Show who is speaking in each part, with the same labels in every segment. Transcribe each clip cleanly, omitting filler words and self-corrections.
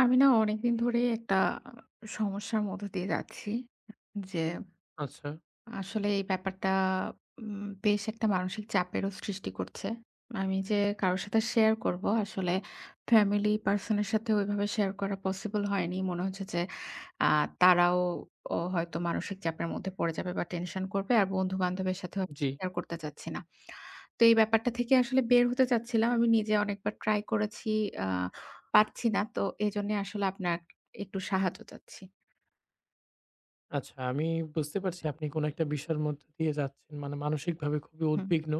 Speaker 1: আমি না অনেকদিন ধরেই একটা সমস্যার মধ্য দিয়ে যাচ্ছি। যে
Speaker 2: আচ্ছা,
Speaker 1: আসলে এই ব্যাপারটা বেশ একটা মানসিক চাপেরও সৃষ্টি করছে। আমি যে কারো সাথে শেয়ার করব আসলে ফ্যামিলি পারসন এর সাথে ওইভাবে শেয়ার করা পসিবল হয়নি। মনে হচ্ছে যে আ তারাও হয়তো মানসিক চাপের মধ্যে পড়ে যাবে বা টেনশন করবে। আর বন্ধু-বান্ধবের সাথেও
Speaker 2: জি।
Speaker 1: শেয়ার করতে চাচ্ছি না। তো এই ব্যাপারটা থেকে আসলে বের হতে চাচ্ছিলাম। আমি নিজে অনেকবার ট্রাই করেছি, আ পারছি না। তো এজন্যে আসলে আপনার একটু সাহায্য চাচ্ছি।
Speaker 2: আচ্ছা আমি বুঝতে পারছি আপনি কোনো একটা বিষয়ের মধ্যে দিয়ে যাচ্ছেন। মানে মানসিকভাবে খুবই
Speaker 1: হুম।
Speaker 2: উদ্বিগ্ন।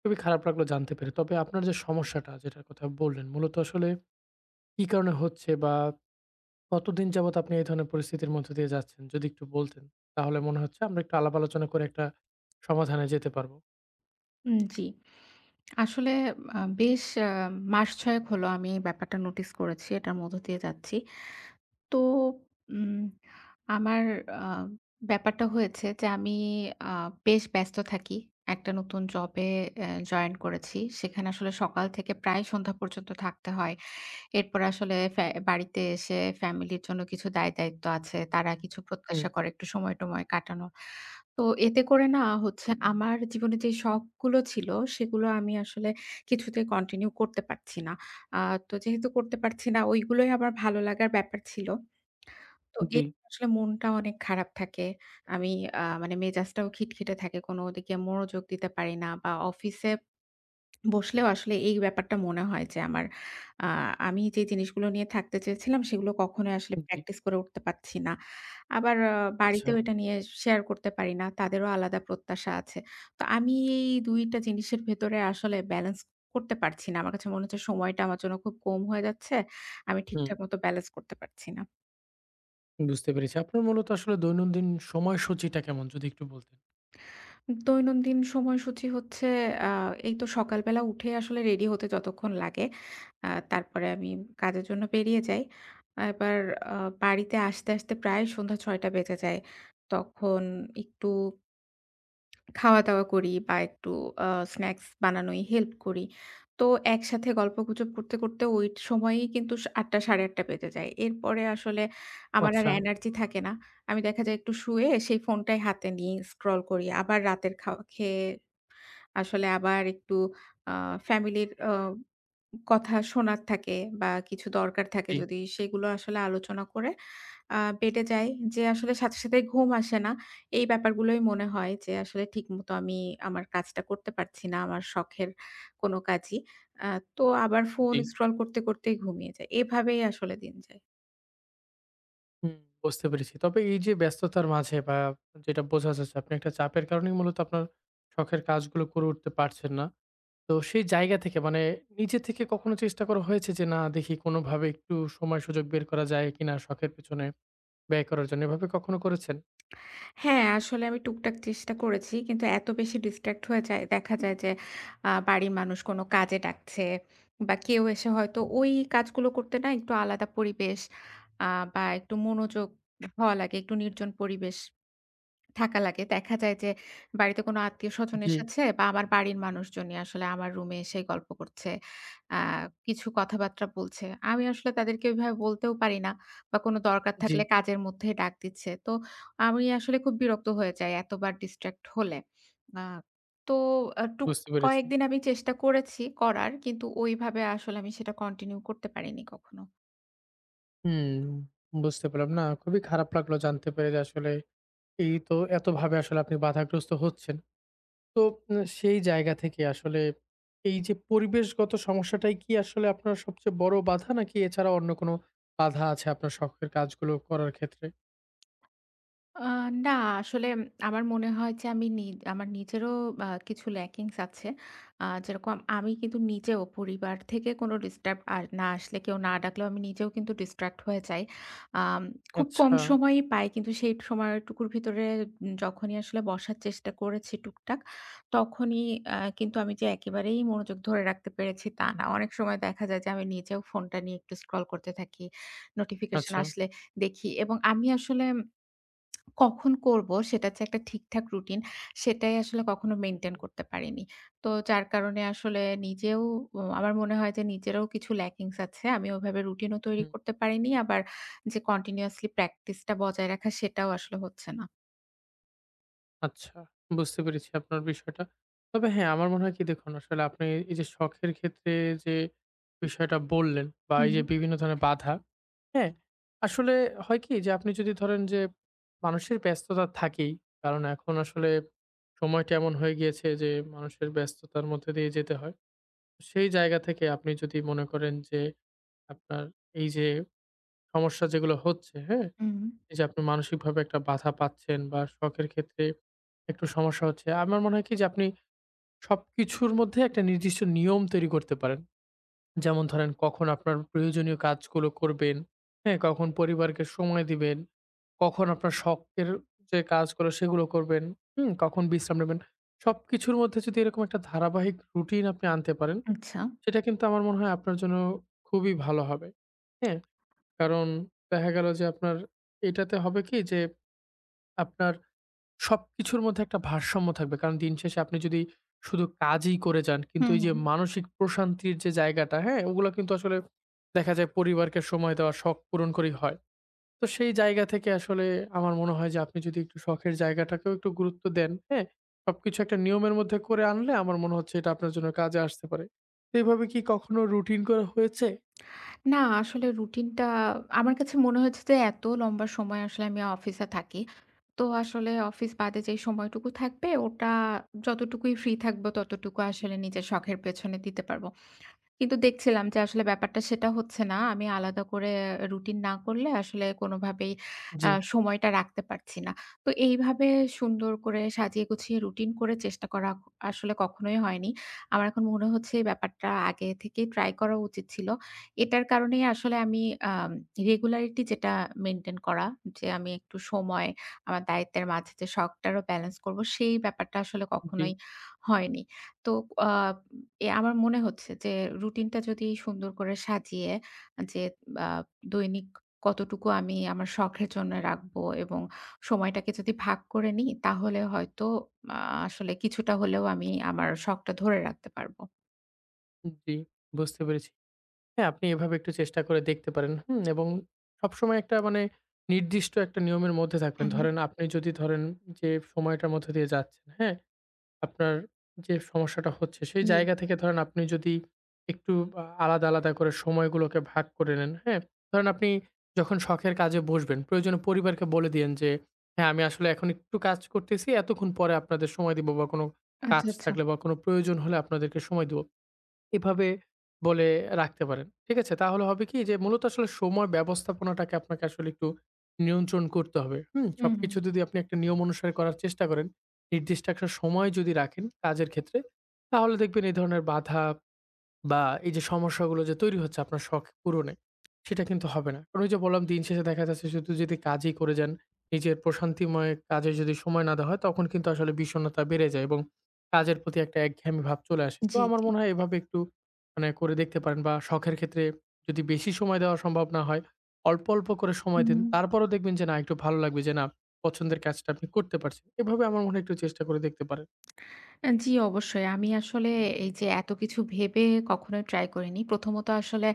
Speaker 2: খুবই খারাপ লাগলো জানতে পেরে। তবে আপনার যে সমস্যাটা যেটার কথা বললেন মূলত আসলে কি কারণে হচ্ছে বা কতদিন যাবৎ আপনি এই ধরনের পরিস্থিতির মধ্য দিয়ে যাচ্ছেন? যদি একটু বলতেন তাহলে মনে হচ্ছে আমরা একটু আলাপ আলোচনা করে একটা সমাধানে যেতে পারবো।
Speaker 1: জি। আসলে বেশ মাস ৬ এক হলো আমি এই ব্যাপারটা নোটিস করেছি। এটার মধ্য দিয়ে যাচ্ছি। তো উম আমার আ ব্যাপারটা হয়েছে যে আমি আ বেশ ব্যস্ত থাকি। একটা নতুন জবে জয়েন করেছি। সেখানে আসলে সকাল থেকে প্রায় সন্ধ্যা পর্যন্ত থাকতে হয়। এরপর আসলে বাড়িতে এসে ফ্যামিলির জন্য কিছু দায়-দায়িত্ব আছে। তারা কিছু
Speaker 2: হুম,
Speaker 1: প্রত্যাশা করে একটু সময়-টময় কাটানো। তো এতে করে না হচ্ছে আমার জীবনে যে শখগুলো ছিল সেগুলো আমি আসলে কিছুতেই কন্টিনিউ করতে পারছি না। আ তো যেহেতু করতে পারছি না ওইগুলোই আমার ভালো লাগার ব্যাপার ছিল। তো
Speaker 2: জি,
Speaker 1: এই আসলে মনটা অনেক খারাপ থাকে। আমি মানে মেজাজটাও খিটখিটে থাকে। কোনো দিকে মনোযোগ দিতে পারি না বা অফিসে বসলেও আসলে এই ব্যাপারটা মনে হয় যে আমার আ আমি যে জিনিসগুলো নিয়ে থাকতে চেয়েছিলাম সেগুলো কখনোই আসলে
Speaker 2: জি।
Speaker 1: প্র্যাকটিস করে উঠতে পারছি না। আবার
Speaker 2: আচ্ছা,
Speaker 1: বাড়িতেও এটা নিয়ে শেয়ার করতে পারি না। তাদেরও আলাদা প্রত্যাশা আছে। তো আমি এই ২ টা জিনিসের ভেতরে আসলে ব্যালেন্স করতে পারছি না। আমার কাছে মনে হচ্ছে সময়টা আমার জন্য খুব কম হয়ে যাচ্ছে। আমি
Speaker 2: হুম,
Speaker 1: ঠিকঠাক মতো ব্যালেন্স করতে পারছি না।
Speaker 2: বুঝতে পেরেছি। আপনার মূলত আসলে দৈনন্দিন সময়সূচিটা কেমন যদি একটু বলতেন?
Speaker 1: দৈনন্দিন সময়সূচি হচ্ছে আ এই তো সকালবেলা উঠে আসলে রেডি হতে যতক্ষণ লাগে, তারপরে আমি কাজের জন্য বেরিয়ে যাই। এবার আ বাড়িতে আসতে, আসতে প্রায় সন্ধ্যা ৬টা বেজে যায়। তখন একটু খাওয়া-দাওয়া করি বা একটু আ স্ন্যাকস বানানোয় হেল্প করি। তো একসাথে গল্পগুজব করতে, করতে ওই সময়েই কিন্তু ৮:০০ ৮:৩০ বেজে যায়। এরপরে আসলে আমার আর
Speaker 2: আচ্ছা,
Speaker 1: এনার্জি থাকে না। আমি দেখা যায় একটু শুয়ে সেই ফোনটাই হাতে নিয়ে স্ক্রল করি। আবার রাতের খাওয়া খেয়ে আসলে আবার একটু আ ফ্যামিলির কথা শোনার থাকে বা কিছু দরকার থাকে
Speaker 2: জি,
Speaker 1: যদি সেগুলো আসলে আলোচনা করে বেডে যাই। যে আসলে সাথে, সাথে ঘুম আসে না। এই ব্যাপারগুলোই মনে হয় যে আসলে ঠিকমতো আমি আমার কাজটা করতে পারছি না, আমার শখের কোনো কাজই। আ তো আবার ফোন
Speaker 2: জি।
Speaker 1: স্ক্রল করতে, করতেই ঘুমিয়ে যাই। এভাবেই আসলে দিন যায়।
Speaker 2: হুম, বুঝতে পেরেছি। তবে এই যে ব্যস্ততার মাঝে বা যেটা বোঝা যাচ্ছে আপনি একটা চাপের কারণেই মূলত আপনার শখের কাজগুলো করে উঠতে পারছেন না। তো সেই জায়গা থেকে মানে নিজে থেকে কখনো চেষ্টা করা হয়েছে যে না দেখি কোনোভাবে একটু সময় সুযোগ বের করা যায় কিনা শখের পেছনে ব্যয় করার জন্য? এভাবে কখনো করেছেন?
Speaker 1: হ্যাঁ, আসলে আমি টুকটাক চেষ্টা করেছি। কিন্তু এত বেশি ডিসট্রাক্ট হয়ে যায়, দেখা যায় যে বাড়ির মানুষ কোনো কাজে ডাকছে বা কেউ এসে হয়তো ওই কাজগুলো করতে না একটু আলাদা পরিবেশ আ বা একটু মনোযোগ হওয়া লাগে, একটু নির্জন পরিবেশ থাকা লাগে। দেখা যায় যে বাড়িতে কোনো আত্মীয়স্বজনের
Speaker 2: জি,
Speaker 1: সাথে বা আমার বাড়ির মানুষজনই আসলে আমার রুমে এসে গল্প করছে। আ কিছু কথাবার্তা বলছে। আমি আসলে তাদেরকে ওইভাবে বলতেও পারি না বা কোনো দরকার
Speaker 2: জি,
Speaker 1: থাকলে কাজের মধ্যেই ডাক দিচ্ছে। তো আমি আসলে খুব বিরক্ত হয়ে যাই এতবার ডিস্ট্রাক্ট হলে। আ তো আ টুক
Speaker 2: বুঝতে পেরেছি।
Speaker 1: কয়েকদিন আমি চেষ্টা করেছি করার। কিন্তু ওইভাবে আসলে আমি সেটা কন্টিনিউ করতে পারিনি কখনো।
Speaker 2: হুম, বুঝতে পারলাম। না খুবই খারাপ লাগলো জানতে পেরে যে আসলে এই তো এতভাবে আসলে আপনি বাধাগ্রস্ত হচ্ছেন। তো সেই জায়গা থেকে আসলে এই যে পরিবেশগত সমস্যাটাই কি আসলে আপনার সবচেয়ে বড় বাধা? নাকি এছাড়া অন্য কোনো বাধা আছে আপনার শখের কাজগুলো করার ক্ষেত্রে?
Speaker 1: আ না আসলে আমার মনে হয় যে আমি নি আমার নিজেরও কিছু ল্যাকিংস আছে। যেরকম আমি কিন্তু নিজেও পরিবার থেকে কোনো ডিস্টার্ব আর না আসলে কেউ না ডাকলেও আমি নিজেও কিন্তু ডিস্ট্রাক্ট হয়ে যাই। আম খুব কম
Speaker 2: আচ্ছা,
Speaker 1: সময়ই পাই কিন্তু সেই সময়টুকুর ভিতরে যখনই আসলে বসার চেষ্টা করেছি টুকটাক, তখনই কিন্তু আমি যে একেবারেই মনোযোগ ধরে রাখতে পেরেছি তা না। অনেক সময় দেখা যায় যে আমি নিজেও ফোনটা নিয়ে একটু স্ক্রল করতে থাকি। নোটিফিকেশন
Speaker 2: আচ্ছা।
Speaker 1: আসলে দেখি এবং আমি আসলে কখন করব সেটার যে একটা ঠিকঠাক রুটিন সেটাই আসলে কখনো মেইনটেইন করতে পারিনি। তো যার কারণে আসলে নিজেও আমার মনে হয় যে নিজেরও কিছু ল্যাকিংস আছে। আমি ওভাবে রুটিনও তৈরি
Speaker 2: হুম।
Speaker 1: করতে পারিনি। আবার যে কন্টিনিউয়াসলি প্র্যাকটিসটা বজায় রাখা সেটাও আসলে হচ্ছে না।
Speaker 2: আচ্ছা, বুঝতে পেরেছি আপনার বিষয়টা। তবে হ্যাঁ, আমার মনে হয় কি দেখুন আসলে আপনি এই যে শখের ক্ষেত্রে যে বিষয়টা বললেন বা এই
Speaker 1: হুম,
Speaker 2: যে বিভিন্ন ধরনের বাধা, হ্যাঁ? আসলে হয় কি যে আপনি যদি ধরেন যে মানুষের ব্যস্ততা থাকেই। কারণ এখন আসলে সময়টা এমন হয়ে গিয়েছে যে মানুষের ব্যস্ততার মধ্যে দিয়ে যেতে হয়। সেই জায়গা থেকে আপনি যদি মনে করেন যে আপনার এই যে সমস্যা যেগুলো হচ্ছে, হ্যাঁ?
Speaker 1: হুম।
Speaker 2: এই যে আপনি মানসিকভাবে একটা বাধা পাচ্ছেন বা শখের ক্ষেত্রে একটু সমস্যা হচ্ছে। আমার মনে হয় কি যে আপনি সবকিছুর মধ্যে একটা নির্দিষ্ট নিয়ম তৈরি করতে পারেন। যেমন ধরেন কখন আপনার প্রয়োজনীয় কাজগুলো করবেন, হ্যাঁ? কখন পরিবারকে সময় দিবেন, কখন আপনার শখের যে কাজগুলো সেগুলো করবেন, হুম? কখন বিশ্রাম নেবেন। সবকিছুর মধ্যে যদি এরকম একটা ধারাবাহিক রুটিন আপনি আনতে পারেন,
Speaker 1: আচ্ছা।
Speaker 2: সেটা কিন্তু আমার মনে হয় আপনার জন্য খুবই ভালো হবে। হ্যাঁ? কারণ দেখা গেল যে আপনার এটাতে হবে কি যে আপনার সবকিছুর মধ্যে একটা ভারসাম্য থাকবে। কারণ দিন শেষে আপনি যদি শুধু কাজই করে যান, কিন্তু
Speaker 1: হুম,
Speaker 2: এই যে
Speaker 1: হুম।
Speaker 2: মানসিক প্রশান্তির যে জায়গাটা, হ্যাঁ? ওগুলা কিন্তু আসলে দেখা যায় পরিবারকে সময় দেওয়া, শখ পূরণ করেই হয়। তো সেই জায়গা থেকে আসলে আমার মনে হয় যে আপনি যদি একটু শখের জায়গাটাকেও একটু গুরুত্ব দেন, হ্যাঁ? সবকিছু একটা নিয়মের মধ্যে করে আনলে আমার মনে হচ্ছে এটা আপনার জন্য কাজে আসতে পারে। তো এভাবে কি কখনো রুটিন করা হয়েছে?
Speaker 1: না, আসলে রুটিনটা আমার কাছে মনে হয়েছে যে এত লম্বা সময় আসলে আমি অফিসে থাকি। তো আসলে অফিস বাদে যে সময়টুকু থাকবে ওটা যতটুকুই ফ্রি থাকবো ততটুকু আসলে নিজের শখের পেছনে দিতে পারবো। কিন্তু দেখছিলাম যে আসলে ব্যাপারটা সেটা হচ্ছে না। আমি আলাদা করে রুটিন না করলে আসলে কোনোভাবেই
Speaker 2: জি,
Speaker 1: সময়টা রাখতে পারছি না। তো এইভাবে সুন্দর করে সাজিয়ে গুছিয়ে রুটিন করে চেষ্টা করা আসলে কখনোই হয়নি। আমার এখন মনে হচ্ছে এই ব্যাপারটা আগে থেকেই ট্রাই করা উচিত ছিল। এটার কারণেই আসলে আমি আম রেগুলারিটি যেটা মেইনটেইন করা যে আমি একটু সময় আমার দায়িত্বের মাঝে যে শখটারও ব্যালেন্স করব সেই ব্যাপারটা আসলে
Speaker 2: জি,
Speaker 1: কখনোই হয়নি। তো আ এ আমার মনে হচ্ছে যে রুটিনটা যদি সুন্দর করে সাজিয়ে যে আ দৈনিক কতটুকু আমি আমার শখের জন্য রাখবো এবং সময়টাকে যদি ভাগ করে নিই তাহলে হয়তো আ আসলে কিছুটা হলেও আমি আমার শখটা ধরে রাখতে পারবো।
Speaker 2: জি। বুঝতে পেরেছি। হ্যাঁ, আপনি এভাবে একটু চেষ্টা করে দেখতে পারেন। হুম? এবং সবসময় একটা মানে নির্দিষ্ট একটা নিয়মের মধ্যে থাকবেন।
Speaker 1: হুম, হুম।
Speaker 2: ধরেন আপনি যদি ধরেন যে সময়টার মধ্যে দিয়ে যাচ্ছেন, হ্যাঁ? আপনার যে সমস্যাটা হচ্ছে সেই
Speaker 1: জি।
Speaker 2: জায়গা থেকে ধরেন আপনি যদি একটু আলাদা, আলাদা করে সময়গুলোকে ভাগ করে নেন, হ্যাঁ? ধরেন আপনি যখন শখের কাজে বসবেন, প্রয়োজনে পরিবারকে বলে দিয়েন যে, "হ্যাঁ, আমি আসলে এখন একটু কাজ করতেছি। এতক্ষণ পরে আপনাদের সময় দিব বা কোনো
Speaker 1: আচ্ছা,
Speaker 2: কাজ
Speaker 1: আচ্ছা।
Speaker 2: থাকলে বা কোনো প্রয়োজন হলে আপনাদেরকে সময় দিব।" এভাবে বলে রাখতে পারেন। ঠিক আছে? তাহলে হবে কি যে মূলত আসলে সময় ব্যবস্থাপনাটাকে আপনাকে আসলে একটু নিয়ন্ত্রণ করতে হবে। হুম?
Speaker 1: হুম, হুম।
Speaker 2: সবকিছু যদি আপনি একটা নিয়ম অনুসারে করার চেষ্টা করেন, নির্দিষ্ট একটা সময় যদি রাখেন কাজের ক্ষেত্রে, তাহলে দেখবেন এই ধরনের বাধা বা এই যে সমস্যাগুলো যে তৈরি হচ্ছে আপনার শখ পূরণে, সেটা কিন্তু হবে না। কারণ ওই যে বললাম দিন শেষে দেখা যাচ্ছে শুধু যদি কাজই করে যান, নিজের প্রশান্তিময় কাজে যদি সময় না দেওয়া হয় তখন কিন্তু আসলে বিষণ্ণতা বেড়ে যায় এবং কাজের প্রতি একটা একঘেয়েমি ভাব চলে আসে। তো
Speaker 1: জি,
Speaker 2: আমার
Speaker 1: জি।
Speaker 2: মনে হয় এভাবে একটু মানে করে দেখতে পারেন বা শখের ক্ষেত্রে যদি বেশি সময় দেওয়া সম্ভব না হয়, অল্প, অল্প করে সময় দিন।
Speaker 1: হুম।
Speaker 2: তারপরেও দেখবেন যে না একটু ভালো লাগবে যে না পছন্দের কাজটা আপনি করতে পারছেন। এভাবে আমার মনে হয় একটু চেষ্টা করে দেখতে পারেন।
Speaker 1: জি, অবশ্যই। আমি আসলে এই যে এত কিছু ভেবে কখনোই ট্রাই করিনি। প্রথমত আসলে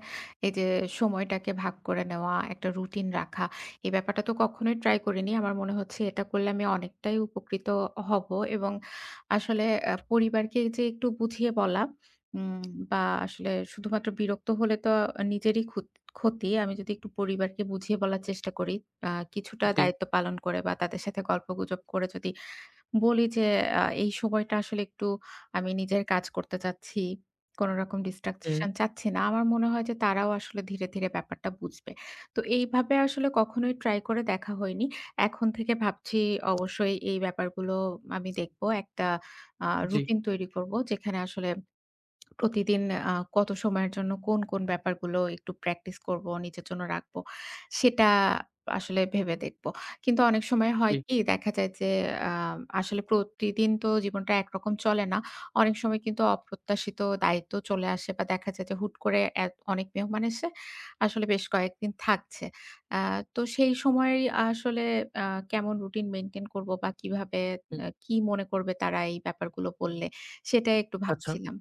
Speaker 1: এই যে সময়টাকে ভাগ করে নেওয়া, একটা রুটিন রাখা, এই ব্যাপারটা তো কখনোই ট্রাই করিনি। আমার মনে হচ্ছে এটা করলে আমি অনেকটাই উপকৃত হব এবং আসলে পরিবারকে যে একটু বুঝিয়ে বলা উম বা আসলে শুধুমাত্র বিরক্ত হলে তো নিজেরই ক্ষতি। আমি যদি একটু পরিবারকে বুঝিয়ে বলার চেষ্টা করি, কিছুটা
Speaker 2: জি,
Speaker 1: দায়িত্ব পালন করে বা তাদের সাথে গল্পগুজব করে যদি বলি যে এই সময়টা আসলে একটু আমি নিজের কাজ করতে চাচ্ছি। কোনরকম
Speaker 2: হুম,
Speaker 1: ডিস্ট্রাকশন চাচ্ছি না। আমার মনে হয় যে তারাও আসলে ধীরে, ধীরে ব্যাপারটা বুঝবে। তো এইভাবে আসলে কখনোই ট্রাই করে দেখা হয়নি। এখন থেকে ভাবছি অবশ্যই এই ব্যাপারগুলো আমি দেখব। একটা
Speaker 2: জি,
Speaker 1: রুটিন তৈরি করব যেখানে আসলে প্রতিদিন কত সময়ের জন্য কোন, কোন ব্যাপারগুলো একটু প্র্যাকটিস করব, নিজের জন্য রাখবো, সেটা আসলে ভেবে দেখব। কিন্তু অনেক সময় হয়
Speaker 2: জি,
Speaker 1: কি দেখা যায় যে আ আসলে প্রতিদিন তো জীবনটা একরকম চলে না। অনেক সময় কিন্তু অপ্রত্যাশিত দায়িত্ব চলে আসে বা দেখা যায় যে হুট করে এত অনেক মেহমান এসে আসলে বেশ কয়েকদিন থাকছে। আ তো সেই সময় আসলে আ কেমন রুটিন মেইনটেইন করব বা কিভাবে
Speaker 2: হুম,
Speaker 1: কি মনে করবে তারা এই ব্যাপারগুলো বললে, সেটা একটু
Speaker 2: আচ্ছা।
Speaker 1: ভাবছিলাম।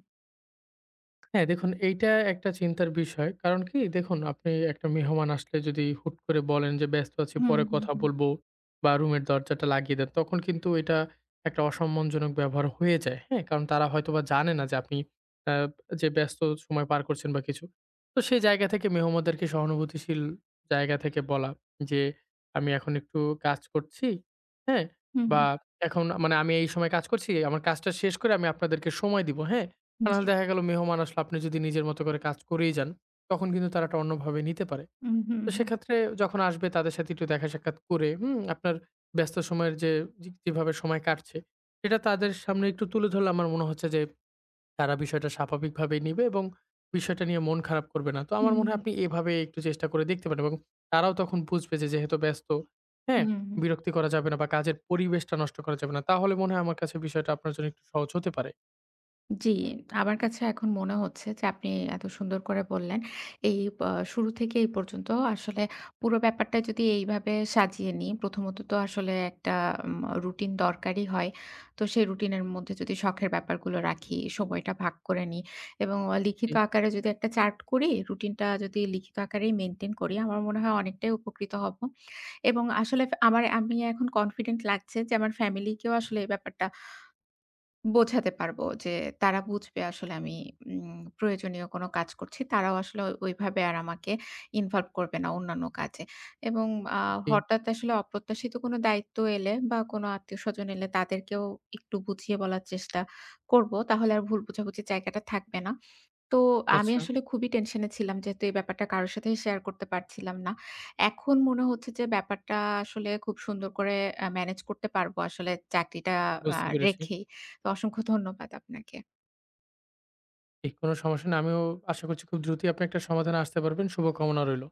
Speaker 2: হ্যাঁ, দেখুন এইটা একটা চিন্তার বিষয়। কারণ কি দেখুন আপনি একটা মেহমান আসলে যদি হুট করে বলেন যে, "ব্যস্ত আছি,
Speaker 1: হুম,
Speaker 2: পরে
Speaker 1: হুম,
Speaker 2: কথা
Speaker 1: হুম।
Speaker 2: বলবো" বা রুমের দরজাটা লাগিয়ে দেন, তখন কিন্তু এটা একটা অসম্মানজনক ব্যবহার হয়ে যায়। হ্যাঁ? কারণ তারা হয়তোবা জানে না যে আপনি আ যে ব্যস্ত সময় পার করছেন বা কিছু। তো সেই জায়গা থেকে মেহমানদেরকে সহানুভূতিশীল জায়গা থেকে বলা যে, "আমি এখন একটু কাজ করছি" হ্যাঁ?
Speaker 1: হুম,
Speaker 2: বা
Speaker 1: হুম।
Speaker 2: "এখন মানে আমি এই সময় কাজ করছি। আমার কাজটা শেষ করে আমি আপনাদেরকে সময় দিব" হ্যাঁ?
Speaker 1: জি।
Speaker 2: নাহলে দেখা গেল মেহমান আসলে আপনি যদি নিজের মতো করে কাজ করেই যান, তখন কিন্তু তারা এটা অন্যভাবে নিতে পারে।
Speaker 1: হুম, হুম,
Speaker 2: তো
Speaker 1: হুম।
Speaker 2: সেক্ষেত্রে যখন আসবে তাদের সাথে একটু দেখা সাক্ষাৎ করে, হুম? আপনার ব্যস্ত সময়ের যে যে যেভাবে সময় কাটছে, সেটা তাদের সামনে একটু তুলে ধরলে আমার মনে হচ্ছে যে তারা বিষয়টা স্বাভাবিকভাবেই নিবে এবং বিষয়টা নিয়ে মন খারাপ করবে না। তো আমার
Speaker 1: হুম,
Speaker 2: মনে
Speaker 1: হুম।
Speaker 2: হয় আপনি এভাবে একটু চেষ্টা করে দেখতে পারেন এবং তারাও তখন বুঝবে যে যেহেতু ব্যস্ত, হ্যাঁ?
Speaker 1: হুম, হুম।
Speaker 2: বিরক্তি করা যাবে না বা কাজের পরিবেশটা নষ্ট করা যাবে না। তাহলে মনে হয় আমার কাছে বিষয়টা আপনার জন্য একটু সহজ হতে পারে।
Speaker 1: জি, আমার কাছে এখন মনে হচ্ছে যে আপনি এত সুন্দর করে বললেন। এই শুরু থেকে এই পর্যন্ত আসলে পুরো ব্যাপারটা যদি এইভাবে সাজিয়ে নিই, প্রথমত তো আসলে একটা উম রুটিন দরকারই হয়। তো সেই রুটিনের মধ্যে যদি শখের ব্যাপারগুলো রাখি, সময়টা ভাগ করে নিই এবং লিখিত
Speaker 2: জি,
Speaker 1: আকারে যদি একটা চার্ট করি, রুটিনটা যদি লিখিত আকারেই মেইনটেইন করি, আমার মনে হয় অনেকটাই উপকৃত হব এবং আসলে ফে আমার আমি এখন কনফিডেন্ট লাগছে যে আমার ফ্যামিলিকেও আসলে এই ব্যাপারটা বোঝাতে পারবো যে তারা বুঝবে আসলে আমি প্রয়োজনীয় কোনো কাজ করছি। তারাও আসলে ওইভাবে আর আমাকে ইনভলভ করবে না অন্যান্য কাজে। এবং আ
Speaker 2: জি।
Speaker 1: হঠাৎ আসলে অপ্রত্যাশিত কোনো দায়িত্ব এলে বা কোনো আত্মীয়স্বজন এলে তাদেরকেও একটু বুঝিয়ে বলার চেষ্টা করব। তাহলে আর ভুল বোঝাবুঝির জায়গাটা থাকবে না। তো আমি
Speaker 2: আচ্ছা।
Speaker 1: আসলে খুবই টেনশনে ছিলাম যেহেতু এই ব্যাপারটা কারো সাথেই শেয়ার করতে পারছিলাম না। এখন মনে হচ্ছে যে ব্যাপারটা আসলে খুব সুন্দর করে ম্যানেজ করতে পারবো আসলে চাকরিটা আ
Speaker 2: বুঝতে পেরেছি।
Speaker 1: রেখেই। তো অসংখ্য ধন্যবাদ আপনাকে।
Speaker 2: ঠিক কোনো সমস্যা না। আমিও আশা করছি খুব দ্রুতই আপনি একটা সমাধানে আসতে পারবেন। শুভকামনা রইল।